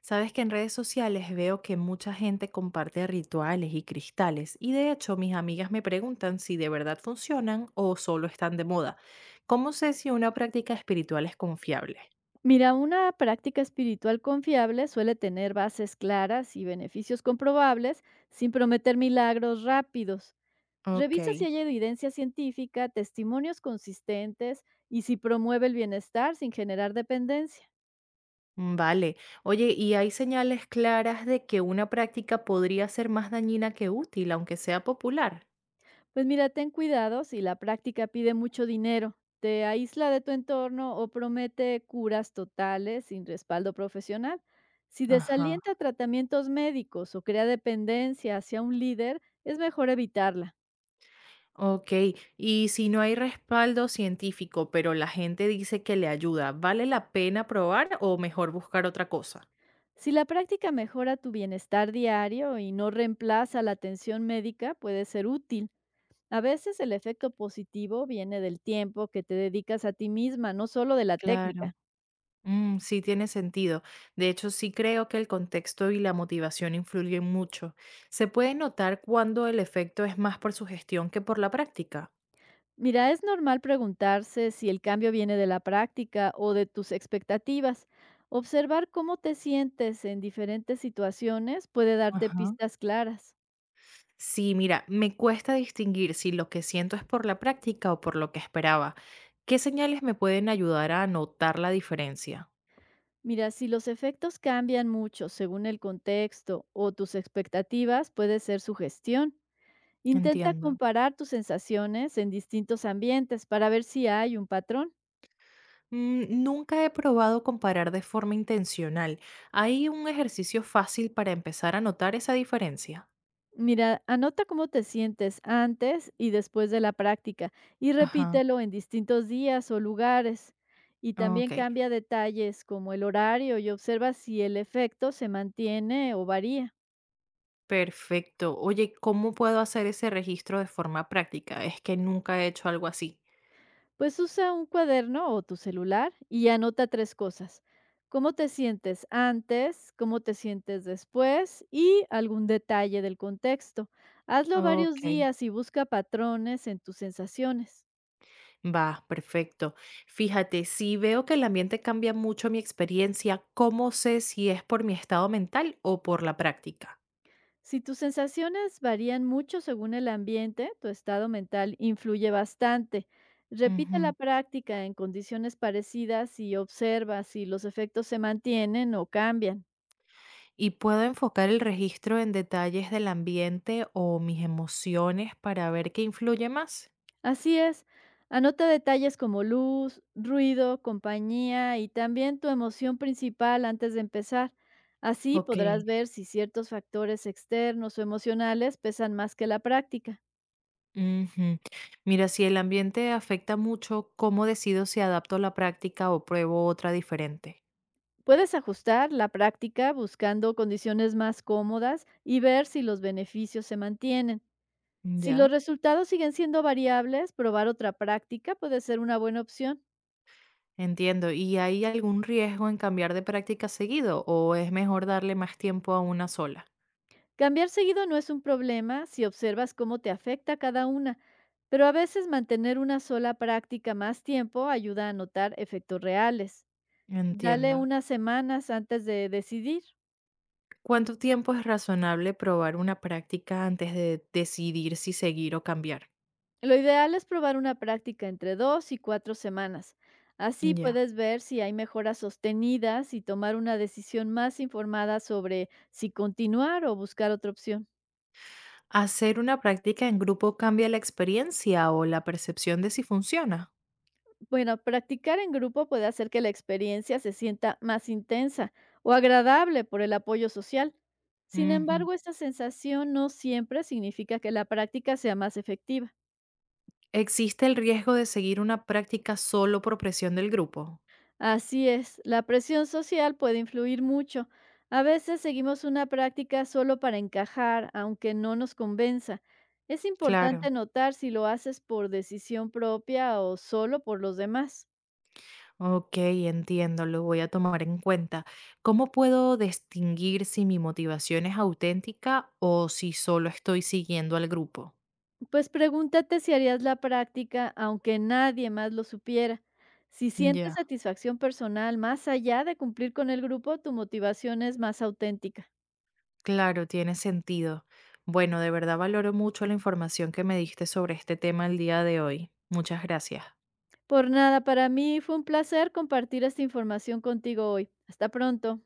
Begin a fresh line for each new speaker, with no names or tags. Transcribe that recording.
Sabes que en redes sociales veo que mucha gente comparte rituales y cristales y de hecho mis amigas me preguntan si de verdad funcionan o solo están de moda. ¿Cómo sé si una práctica espiritual es confiable?
Mira, una práctica espiritual confiable suele tener bases claras y beneficios comprobables sin prometer milagros rápidos.
Ok,
Revisa si hay evidencia científica, testimonios consistentes y si promueve el bienestar sin generar dependencia.
vale. Oye, ¿y hay señales claras de que una práctica podría ser más dañina que útil, aunque sea popular?
Pues mira, ten cuidado si la práctica pide mucho dinero, te aísla de tu entorno o promete curas totales sin respaldo profesional. Si
Ajá.
desalienta tratamientos médicos o crea dependencia hacia un líder, es mejor evitarla.
Ok, y si no hay respaldo científico, pero la gente dice que le ayuda, ¿vale la pena probar o mejor buscar otra cosa?
Si la práctica mejora tu bienestar diario y no reemplaza la atención médica, puede ser útil. A veces el efecto positivo viene del tiempo que te dedicas a ti misma, no solo de la
Claro.
técnica.
Sí, tiene sentido. De hecho, sí creo que el contexto y la motivación influyen mucho. ¿Se puede notar cuando el efecto es más por sugestión que por la práctica?
Mira, es normal preguntarse si el cambio viene de la práctica o de tus expectativas. Observar cómo te sientes en diferentes situaciones puede darte
Ajá.
pistas claras.
Sí, mira, me cuesta distinguir si lo que siento es por la práctica o por lo que esperaba. ¿Qué señales me pueden ayudar a notar la diferencia?
Mira, si los efectos cambian mucho según el contexto o tus expectativas, puede ser sugestión. Intenta
Entiendo.
comparar tus sensaciones en distintos ambientes para ver si hay un patrón.
Nunca he probado comparar de forma intencional. ¿Hay un ejercicio fácil para empezar a notar esa diferencia?
Mira, anota cómo te sientes antes y después de la práctica y
Ajá.
repítelo en distintos días o lugares. Y también
Ok.
cambia detalles como el horario y observa si el efecto se mantiene o varía.
Perfecto. Oye, ¿cómo puedo hacer ese registro de forma práctica? Es que nunca he hecho algo así.
Pues usa un cuaderno o tu celular y anota tres cosas. ¿Cómo te sientes antes? ¿Cómo te sientes después? Y algún detalle del contexto. Hazlo varios
Ok.
días y busca patrones en tus sensaciones.
Va, perfecto. Fíjate, si veo que el ambiente cambia mucho mi experiencia, ¿cómo sé si es por mi estado mental o por la práctica?
Si tus sensaciones varían mucho según el ambiente, tu estado mental influye bastante. Repite la
Ujú.
práctica en condiciones parecidas y observa si los efectos se mantienen o cambian.
¿Y puedo enfocar el registro en detalles del ambiente o mis emociones para ver qué influye más?
Así es. Anota detalles como luz, ruido, compañía y también tu emoción principal antes de empezar. Así
Ok.
podrás ver si ciertos factores externos o emocionales pesan más que la práctica.
Ujú. Mira, si el ambiente afecta mucho, ¿cómo decido si adapto la práctica o pruebo otra diferente?
Puedes ajustar la práctica buscando condiciones más cómodas y ver si los beneficios se mantienen. Si los
Ya.
resultados siguen siendo variables, probar otra práctica puede ser una buena opción.
Entiendo. ¿Y hay algún riesgo en cambiar de práctica seguido o es mejor darle más tiempo a una sola?
Cambiar seguido no es un problema si observas cómo te afecta cada una, pero a veces mantener una sola práctica más tiempo ayuda a notar efectos reales. Dale
Entiendo.
unas semanas antes de decidir.
¿Cuánto tiempo es razonable probar una práctica antes de decidir si seguir o cambiar?
Lo ideal es probar una práctica entre 2 y 4 semanas. Así
Ya.
puedes ver si hay mejoras sostenidas y tomar una decisión más informada sobre si continuar o buscar otra opción.
¿Hacer una práctica en grupo cambia la experiencia o la percepción de si funciona?
Bueno, practicar en grupo puede hacer que la experiencia se sienta más intensa o agradable por el apoyo social. Sin
Ujú.
embargo, esta sensación no siempre significa que la práctica sea más efectiva.
¿Existe el riesgo de seguir una práctica solo por presión del grupo?
Así es, la presión social puede influir mucho. A veces seguimos una práctica solo para encajar, aunque no nos convenza. Es
Claro.
importante notar si lo haces por decisión propia o solo por los demás.
Ok, entiendo, lo voy a tomar en cuenta. ¿Cómo puedo distinguir si mi motivación es auténtica o si solo estoy siguiendo al grupo?
Pues pregúntate si harías la práctica aunque nadie más lo supiera. Si sientes
Ya.
satisfacción personal más allá de cumplir con el grupo, tu motivación es más auténtica.
Claro, tiene sentido. Bueno, de verdad valoro mucho la información que me diste sobre este tema el día de hoy. Muchas gracias.
Por nada, para mí fue un placer compartir esta información contigo hoy. Hasta pronto.